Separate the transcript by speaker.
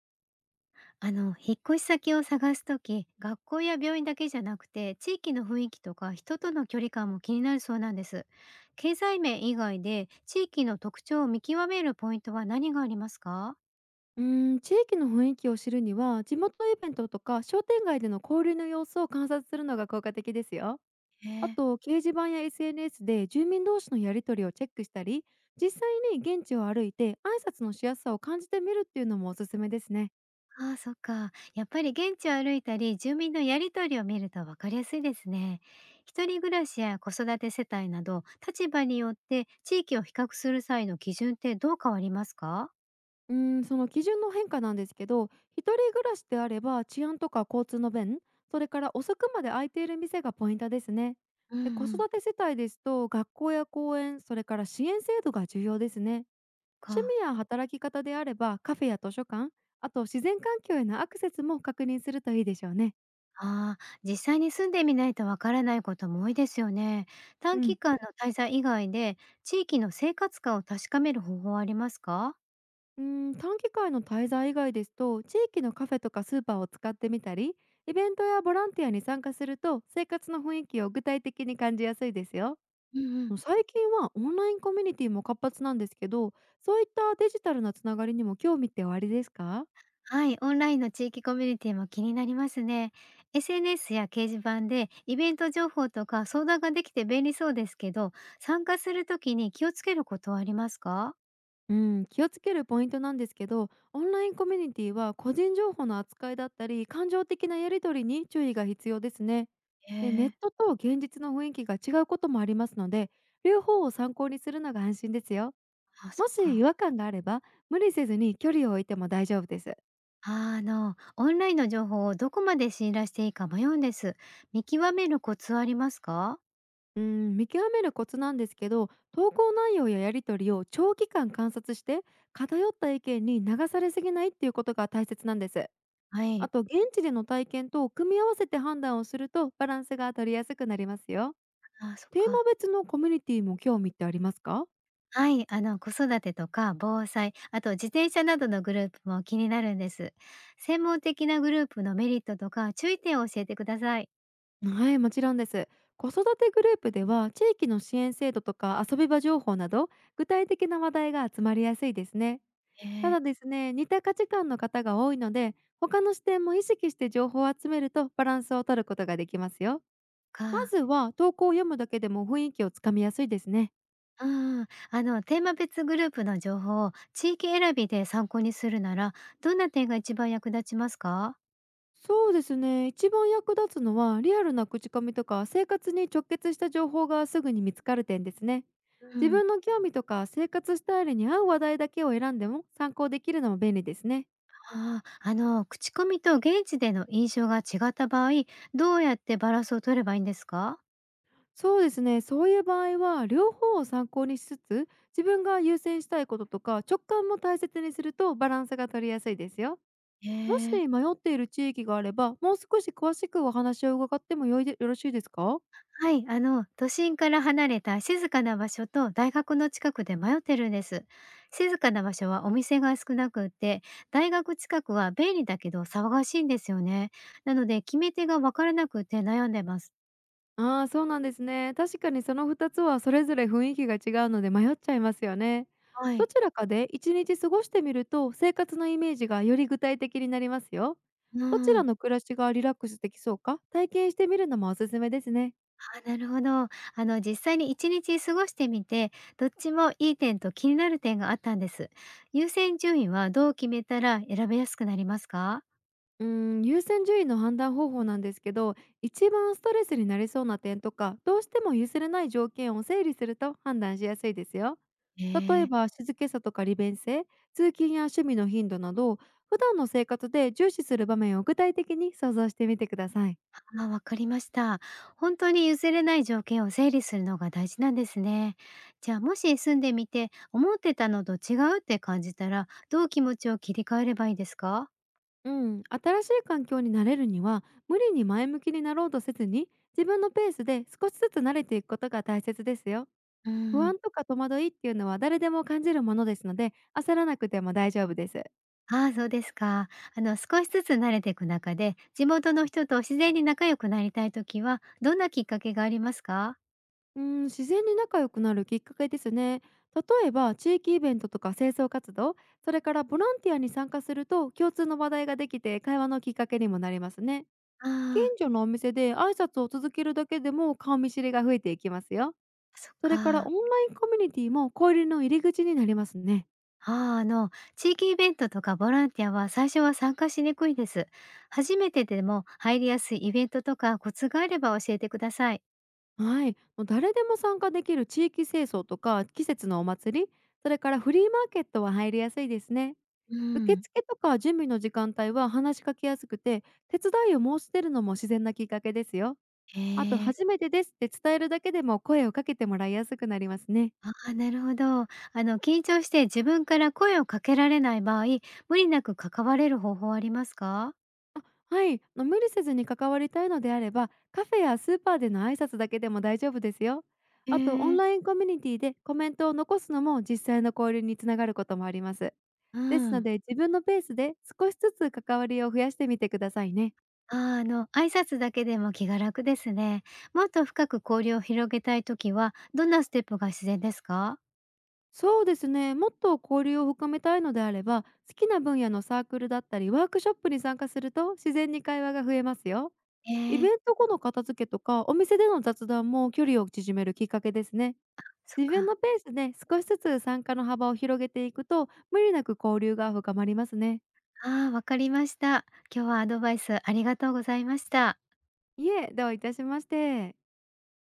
Speaker 1: あの、引っ越し先を探すとき、学校や病院だけじゃなくて、地域の雰囲気とか人との距離感も気になるそうなんです。経済面以外で地域の特徴を見極めるポイントは何がありますか？
Speaker 2: 地域の雰囲気を知るには地元イベントとか商店街での交流の様子を観察するのが効果的ですよ。
Speaker 1: へ
Speaker 2: あ
Speaker 1: え。
Speaker 2: と掲示板や SNS で住民同士のやり取りをチェックしたり実際に現地を歩いて挨拶のしやすさを感じてみるっていうのもおすすめですね。
Speaker 1: ああ、そっか。やっぱり現地を歩いたり、住民のやりとりを見ると分かりやすいですね。一人暮らしや子育て世帯など、立場によって地域を比較する際の基準ってどう変わりますか？
Speaker 2: その基準の変化なんですけど一人暮らしであれば治安とか交通の便それから遅くまで空いている店がポイントですね。
Speaker 1: うん
Speaker 2: で子
Speaker 1: うん。
Speaker 2: 育て世帯ですと学校や公園それから支援制度が重要ですね。趣
Speaker 1: か。
Speaker 2: 味や働き方であればカフェや図書館あと自然環境へのアクセスも確認するといいでしょうね。
Speaker 1: ああ、実際に住んでみないとわからないことも多いですよね。
Speaker 2: う
Speaker 1: 短期
Speaker 2: ん。
Speaker 1: 間の滞在以外で、地域の生活感を確かめる方法はありますか？
Speaker 2: 短期間の滞在以外ですと地域のカフェとかスーパーを使ってみたりイベントやボランティアに参加すると生活の雰囲気を具体的に感じやすいですよ。
Speaker 1: うんうん。
Speaker 2: 最近はオンラインコミュニティも活発なんですけどそういったデジタルなつながりにも興味っておありですか？
Speaker 1: はい、オンラインの地域コミュニティも気になりますね。SNS や掲示板でイベント情報とか相談ができて便利そうですけど、参加するときに気をつけることはありますか？
Speaker 2: うん、気をつけるポイントなんですけどオンラインコミュニティは個人情報の扱いだったり感情的なやり取りに注意が必要ですね。
Speaker 1: へ
Speaker 2: でネッ
Speaker 1: え。
Speaker 2: トと現実の雰囲気が違うこともありますので両方を参考にするのが安心ですよ。
Speaker 1: あ、そ
Speaker 2: も
Speaker 1: っ
Speaker 2: し
Speaker 1: か。
Speaker 2: 違和感があれば無理せずに距離を置いても大丈夫です。
Speaker 1: あの、オンラインの情報をどこまで信頼していいか迷うんです。見極めるコツはありますか？
Speaker 2: うん、見極めるコツなんですけど投稿内容ややり取りを長期間観察して偏った意見に流されすぎないっていうことが大切なんです。
Speaker 1: は
Speaker 2: あ
Speaker 1: い。
Speaker 2: と現地での体験と組み合わせて判断をするとバランスが取りやすくなりますよ。
Speaker 1: ああ、そっ
Speaker 2: テーマ
Speaker 1: か。
Speaker 2: 別のコミュニティも興味ってありますか？
Speaker 1: はい、あの、子育てとか防災、あと自転車などのグループも気になるんです。専門的なグループのメリットとか注意点を教えてください。
Speaker 2: はい、もちろんです。子育てグループでは地域の支援制度とか遊び場情報など具体的な話題が集まりやすいですね。
Speaker 1: え
Speaker 2: た
Speaker 1: え。
Speaker 2: だですね、似た価値観の方が多いので他の視点も意識して情報を集めるとバランスを取ることができますよ。ま
Speaker 1: か。
Speaker 2: ずは投稿を読むだけでも雰囲気をつかみやすいですね。
Speaker 1: うん。あの、テーマ別グループの情報を地域選びで参考にするなら、どんな点が一番役立ちますか？
Speaker 2: そうですね。一番役立つのは、リアルな口コミとか生活に直結した情報がすぐに見つかる点ですね。
Speaker 1: う
Speaker 2: 自
Speaker 1: ん。
Speaker 2: 分の興味とか生活スタイルに合う話題だけを選んでも参考できるのも便利ですね。
Speaker 1: ああ、あの、口コミと現地での印象が違った場合、どうやってバランスを取ればいいんですか？
Speaker 2: そうですね。そういう場合は、両方を参考にしつつ、自分が優先したいこととか直感も大切にするとバランスが取りやすいですよ。
Speaker 1: へ
Speaker 2: もし
Speaker 1: え。
Speaker 2: 迷っている地域があれば、もう少し詳しくお話を伺ってもよいでよろしいですか？
Speaker 1: はい、あの、都心から離れた静かな場所と大学の近くで迷ってるんです。静かな場所はお店が少なくって、大学近くは便利だけど騒がしいんですよね。なので、決め手がわからなくて悩んでます。
Speaker 2: ああ、そうなんですね。確かにその2つはそれぞれ雰囲気が違うので迷っちゃいますよね。
Speaker 1: は
Speaker 2: ど
Speaker 1: い。
Speaker 2: ちらかで1日過ごしてみると生活のイメージがより具体的になりますよ。
Speaker 1: う
Speaker 2: どちら
Speaker 1: ん。
Speaker 2: の暮らしがリラックスできそうか体験してみるのもおすすめですね。
Speaker 1: あ、なるほど。あの、実際に1日過ごしてみて、どっちもいい点と気になる点があったんです。優先順位はどう決めたら選べやすくなりますか？
Speaker 2: うー優先順位の判断方法なんですけど、一番ストレスになりそうな点とか、どうしても譲れない条件を整理すると判断しやすいですよ。
Speaker 1: え
Speaker 2: 例え
Speaker 1: え。
Speaker 2: ば、静けさとか利便性、通勤や趣味の頻度など、普段の生活で重視する場面を具体的に想像してみてください。
Speaker 1: あ、わかりました。本当に譲れない条件を整理するのが大事なんですね。じゃあ、もし住んでみて、思ってたのと違うって感じたら、どう気持ちを切り替えればいいですか？
Speaker 2: うん、新しい環境に慣れるには、無理に前向きになろうとせずに、自分のペースで少しずつ慣れていくことが大切ですよ。
Speaker 1: うー
Speaker 2: 不
Speaker 1: ん。
Speaker 2: 安とか戸惑いっていうのは誰でも感じるものですので、焦らなくても大丈夫です。
Speaker 1: ああ、そうですか。あの、少しずつ慣れていく中で、地元の人と自然に仲良くなりたい時は、どんなきっかけがありますか？
Speaker 2: うん、自然に仲良くなるきっかけですね。例えば地域イベントとか清掃活動、それからボランティアに参加すると共通の話題ができて会話のきっかけにもなりますね。
Speaker 1: あ
Speaker 2: 近
Speaker 1: あー、
Speaker 2: 所のお店で挨拶を続けるだけでも顔見知りが増えていきますよ。
Speaker 1: そっ
Speaker 2: それからオン
Speaker 1: か。
Speaker 2: ラインコミュニティも交流の入り口になりますね。
Speaker 1: ああ、あの、地域イベントとかボランティアは最初は参加しにくいです。初めてでも入りやすいイベントとかコツがあれば教えてください。
Speaker 2: はい、もう誰でも参加できる地域清掃とか季節のお祭りそれからフリーマーケットは入りやすいですね。
Speaker 1: う
Speaker 2: 受
Speaker 1: ん。
Speaker 2: 付とか準備の時間帯は話しかけやすくて手伝いを申し出るのも自然なきっかけですよ。
Speaker 1: へ
Speaker 2: あと
Speaker 1: え。
Speaker 2: 初めてですって伝えるだけでも声をかけてもらいやすくなりますね。
Speaker 1: ああ、なるほど。あの、緊張して自分から声をかけられない場合、無理なく関われる方法はありますか？
Speaker 2: あ、はい、無理せずに関わりたいのであればカフェやスーパーでの挨拶だけでも大丈夫ですよ。
Speaker 1: へ
Speaker 2: あとオン
Speaker 1: え。
Speaker 2: ラインコミュニティでコメントを残すのも実際の交流につながることもあります。
Speaker 1: う
Speaker 2: ですの
Speaker 1: ん。
Speaker 2: で、自分のペースで少しずつ関わりを増やしてみてくださいね。
Speaker 1: ああ、あの、挨拶だけでも気が楽ですね。もっと深く交流を広げたいときは、どんなステップが自然ですか？
Speaker 2: そうですね。もっと交流を深めたいのであれば、好きな分野のサークルだったり、ワークショップに参加すると自然に会話が増えますよ。
Speaker 1: へ
Speaker 2: イ
Speaker 1: え、
Speaker 2: ベント後の片付けとか、お店での雑談も距離を縮めるきっかけですね。
Speaker 1: そっ
Speaker 2: 自分
Speaker 1: か。
Speaker 2: のペースで少しずつ参加の幅を広げていくと、無理なく交流が深まりますね。
Speaker 1: ああ、わかりました。今日はアドバイスありがとうございました。
Speaker 2: いえ、どういたしまして。